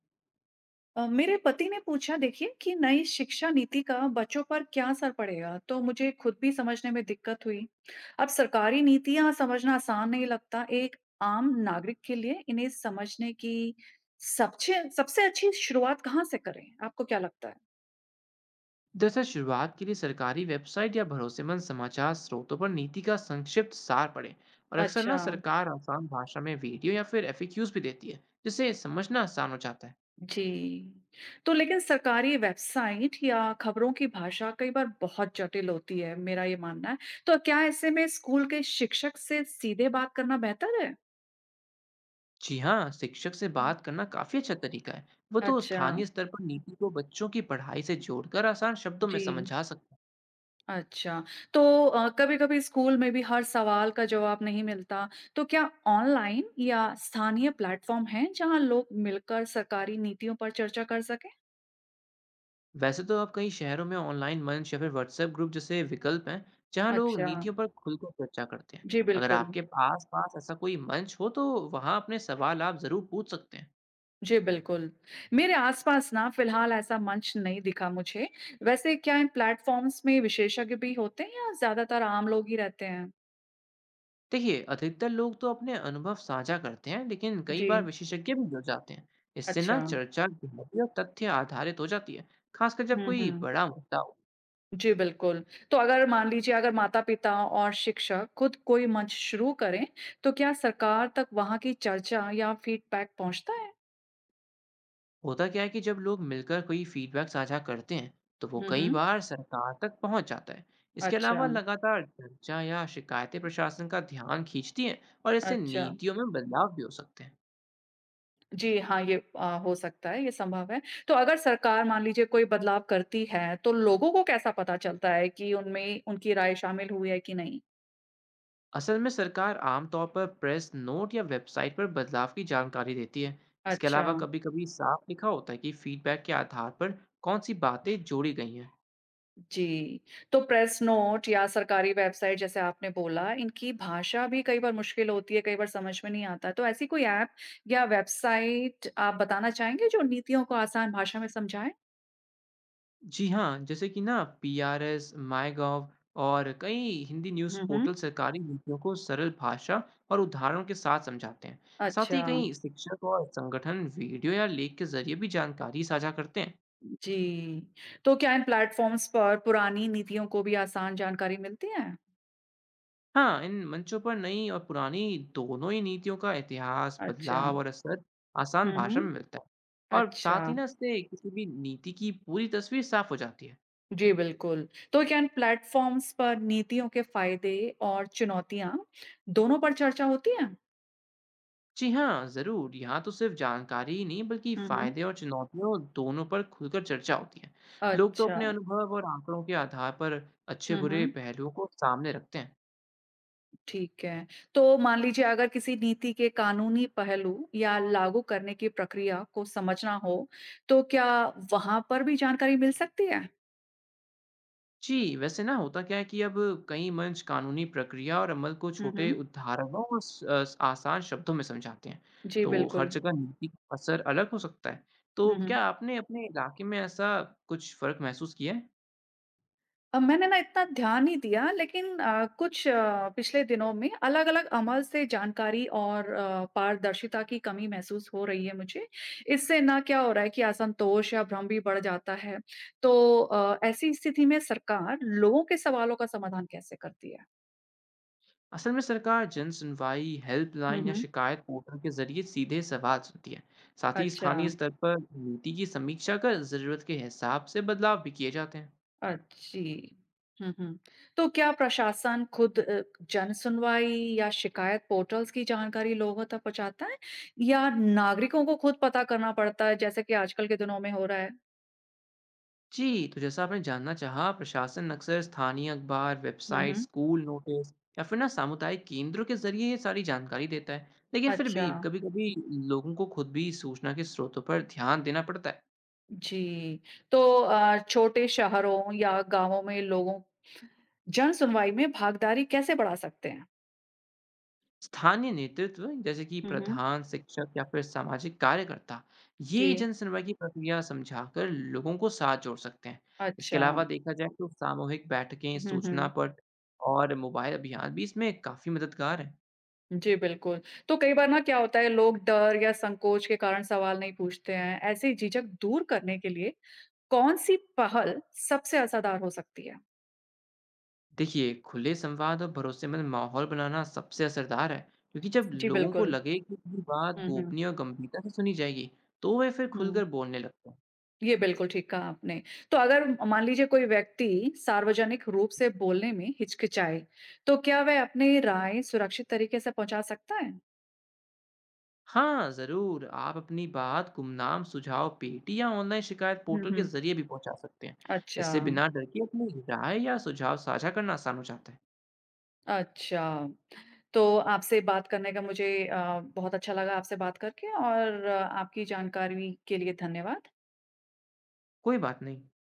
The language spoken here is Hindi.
मेरे पति ने पूछा देखिए कि नई शिक्षा नीति का बच्चों पर क्या असर पड़ेगा, तो मुझे खुद भी समझने में दिक्कत हुई। अब सरकारी नीतियां समझना आसान नहीं लगता एक आम नागरिक के लिए। इन्हें समझने की सबसे सबसे अच्छी शुरुआत कहाँ से करें, आपको क्या लगता है? दरअसल शुरुआत के लिए सरकारी वेबसाइट या भरोसेमंद समाचार स्रोतों पर नीति का संक्षिप्त सार पढ़ें। और अक्सर अच्छा। ना सरकार आसान भाषा में वीडियो या फिर एफएक्यूज भी देती है, जिससे समझना आसान हो जाता है। जी। तो लेकिन सरकारी वेबसाइट या खबरों की भाषा कई बार बहुत जटिल होती है, मेरा ये मानना है। तो क्या ऐसे में स्कूल के शिक्षक से सीधे बात करना बेहतर है? जी हाँ, शिक्षक से बात करना काफ़ी अच्छा तरीका है। वो तो अच्छा। स्थानीय स्तर पर नीति को बच्चों की पढ़ाई से जोड़कर आसान शब्दों में जी, समझा सकते। अच्छा। तो कभी-कभी स्कूल में भी हर सवाल का जवाब नहीं मिलता, तो क्या ऑनलाइन या स्थानीय प्लेटफ़ॉर्म हैं, जहाँ लोग मिलकर सरकारी नीतियों पर चर्चा कर सकें? वैसे तो अब कई शहरों में ऑनलाइन मंच या फिर व्हाट्सएप ग्रुप जैसे विकल्प हैं, जहां लोग अच्छा। नीतियों पर खुलकर चर्चा करते हैं। जी, अगर बिल्कुल। आपके आस पास ऐसा कोई मंच हो तो वहां अपने सवाल आप जरूर पूछ सकते हैं। जी, बिल्कुल। मेरे आसपास ना फ़िलहाल ऐसा मंच नहीं दिखा मुझे। वैसे क्या इन प्लेटफ़ॉर्म्स में विशेषज्ञ भी होते हैं या ज़्यादातर आम लोग ही रहते हैं? देखिए, अधिकतर लोग तो अपने अनुभव साझा करते हैं, लेकिन कई बार जी, विशेषज्ञ भी जुड़ जाते हैं। इससे ना अच्छा। चर्चा गहरी और तथ्य आधारित हो जाती है, खासकर जब हुँ, कोई हुँ। बड़ा मुद्दा हो। जी, बिल्कुल। तो अगर मान लीजिए अगर माता-पिता और शिक्षक खुद कोई मंच शुरू करें, तो क्या सरकार तक वहाँ की चर्चा या फीडबैक पहुँचता है? होता क्या है कि जब लोग मिलकर कोई फीडबैक साझा करते हैं, तो वो हुँ, कई हुँ। बार सरकार तक पहुंच जाता है। इसके अलावा अच्छा, लगातार चर्चा या शिकायतें प्रशासन का ध्यान खींचती हैं, और इससे अच्छा। नीतियों में बदलाव भी हो सकते हैं। जी हाँ, ये हो सकता है, ये संभव है। तो अगर सरकार मान लीजिए कोई बदलाव करती है, तो लोगों को कैसा पता चलता है कि उनमें उनकी राय शामिल हुई है कि नहीं? असल में सरकार आमतौर पर प्रेस नोट या वेबसाइट पर बदलाव की जानकारी देती है। इसके अच्छा। अलावा कभी कभी साफ लिखा होता है कि फीडबैक के आधार पर कौन सी बातें जोड़ी गई हैं। जी। तो प्रेस नोट या सरकारी वेबसाइट जैसे आपने बोला, इनकी भाषा भी कई बार मुश्किल होती है, कई बार समझ में नहीं आता। तो ऐसी कोई ऐप या वेबसाइट आप बताना चाहेंगे जो नीतियों को आसान भाषा में समझाए? जी हाँ, जैसे कि ना पीआरएस, माईगॉव और कई हिंदी न्यूज़ हुँ, हुँ। पोर्टल सरकारी नीतियों को सरल भाषा और उदाहरणों के साथ समझाते हैं। साथ ही अच्छा। कई शिक्षक और संगठन वीडियो या लेख के जरिए भी जानकारी साझा करते हैं। जी। तो क्या इन प्लेटफ़ॉर्म्स पर पुरानी नीतियों को भी आसान जानकारी मिलती है? हाँ, इन मंचों पर नई और पुरानी दोनों ही नीतियों का इतिहास, अच्छा। बदलाव और असर आसान हुँ, भाषा हुँ। में मिलता है। और साथ अच्छा। ही ना इससे किसी भी नीति की पूरी तस्वीर साफ हो जाती है। जी, बिल्कुल। तो क्या इन प्लेटफ़ॉर्म्स पर नीतियों के फ़ायदे और चुनौतियाँ दोनों पर चर्चा होती है? जी हाँ, ज़रूर। यहाँ तो सिर्फ जानकारी ही नहीं, बल्कि हुँ, हुँ। फ़ायदे और चुनौतियों दोनों पर खुलकर चर्चा होती है। लोग तो अच्छा। अपने अनुभव और आंकड़ों के आधार पर हुँ, अच्छे-बुरे हुँ, पहलुओं को सामने रखते हैं। ठीक है। तो मान लीजिए अगर किसी नीति के कानूनी पहलू या लागू करने की प्रक्रिया को समझना हो, तो क्या वहाँ पर भी जानकारी मिल सकती है? जी, वैसे ना होता क्या है कि अब कई मंच कानूनी प्रक्रिया और अमल को हुँ, छोटे हुँ। उदाहरणों और स अस आसान शब्दों में समझाते हैं। जी, तो हर बिल्कुल। जगह नीति का असर अलग हो सकता है। तो हुँ, हुँ। क्या आपने अपने इलाके में ऐसा कुछ फ़र्क महसूस किया है? मैंने ना इतना ध्यान नहीं दिया, लेकिन कुछ पिछले दिनों में अलग-अलग अमल से जानकारी और पारदर्शिता की कमी महसूस हो रही है मुझे। इससे ना क्या हो रहा है कि असंतोष या भ्रम भी बढ़ जाता है। तो ऐसी स्थिति में सरकार लोगों के सवालों का समाधान कैसे करती है? असल में सरकार जन सुनवाई, हुँ, हेल्पलाइन या हुँ। शिकायत पोर्टल के जरिए सीधे सवाल सुनती है। साथ ही अच्छा। स्थानीय स्तर पर नीति की समीक्षा कर जरूरत के हिसाब से बदलाव भी किए जाते हैं। अ, जी। हुँ, हुँ। तो क्या प्रशासन खुद जनसुनवाई या शिकायत पोर्टल्स की जानकारी लोगों तक पहुँचाता है, या नागरिकों को खुद पता करना पड़ता है जैसे कि आजकल के दिनों में हो रहा है? जी, तो जैसा आपने जानना चाहा, प्रशासन अक्सर स्थानीय अखबार, हुँ, वेबसाइट, हुँ। स्कूल नोटिस या फिर ना सामुदायिक केंद्रों के जरिए ये सारी जानकारी देता है, लेकिन फिर अच्छा। भी कभी कभी लोगों को खुद भी सूचना के स्रोतों पर ध्यान देना पड़ता है। जी। तो छोटे शहरों या गाँवों में लोगों जनसुनवाई में भागीदारी कैसे बढ़ा सकते हैं? स्थानीय नेतृत्व जैसे कि हुँ, हुँ। प्रधान, शिक्षक या फिर सामाजिक कार्यकर्ता, ये जी, जनसुनवाई की प्रक्रिया समझाकर लोगों को साथ जोड़ सकते हैं। इसके अच्छा। अलावा देखा जाए तो सामूहिक बैठकें, हुँ, सूचना हुँ। पट और मोबाइल अभियान भी इसमें काफ़ी मददगार हैं। जी, बिल्कुल। तो कई बार ना क्या होता है लोग डर या संकोच के कारण सवाल नहीं पूछते हैं। ऐसी झिझक दूर करने के लिए कौन-सी पहल सबसे असरदार हो सकती है? देखिए, खुले संवाद और भरोसेमंद माहौल बनाना सबसे असरदार है, क्योंकि जब जी, लोगों को बिल्कुल। लगे कि उनकी बात हुँ, हुँ, गोपनीय और गंभीरता से सुनी जाएगी, तो वे फिर हुँ। खुलकर बोलने लगते हैं। ये बिल्कुल ठीक कहा आपने। तो अगर मान लीजिए कोई व्यक्ति सार्वजनिक रूप से बोलने में हिचकिचाए, तो क्या वह अपनी राय सुरक्षित तरीके से पहुँचा सकता है? हाँ, ज़रूर। आप अपनी बात गुमनाम सुझाव पेटी या ऑनलाइन शिकायत हुँ, पोर्टल के हुँ। ज़रिए भी पहुँचा सकते हैं। अच्छा, इससे बिना डर के अपनी राय या सुझाव साझा करना आसान हो जाता है। अच्छा। तो आपसे बात करने का मुझे बहुत अच्छा लगा आपसे बात करके, और आपकी जानकारी के लिए धन्यवाद। कोई बात नहीं।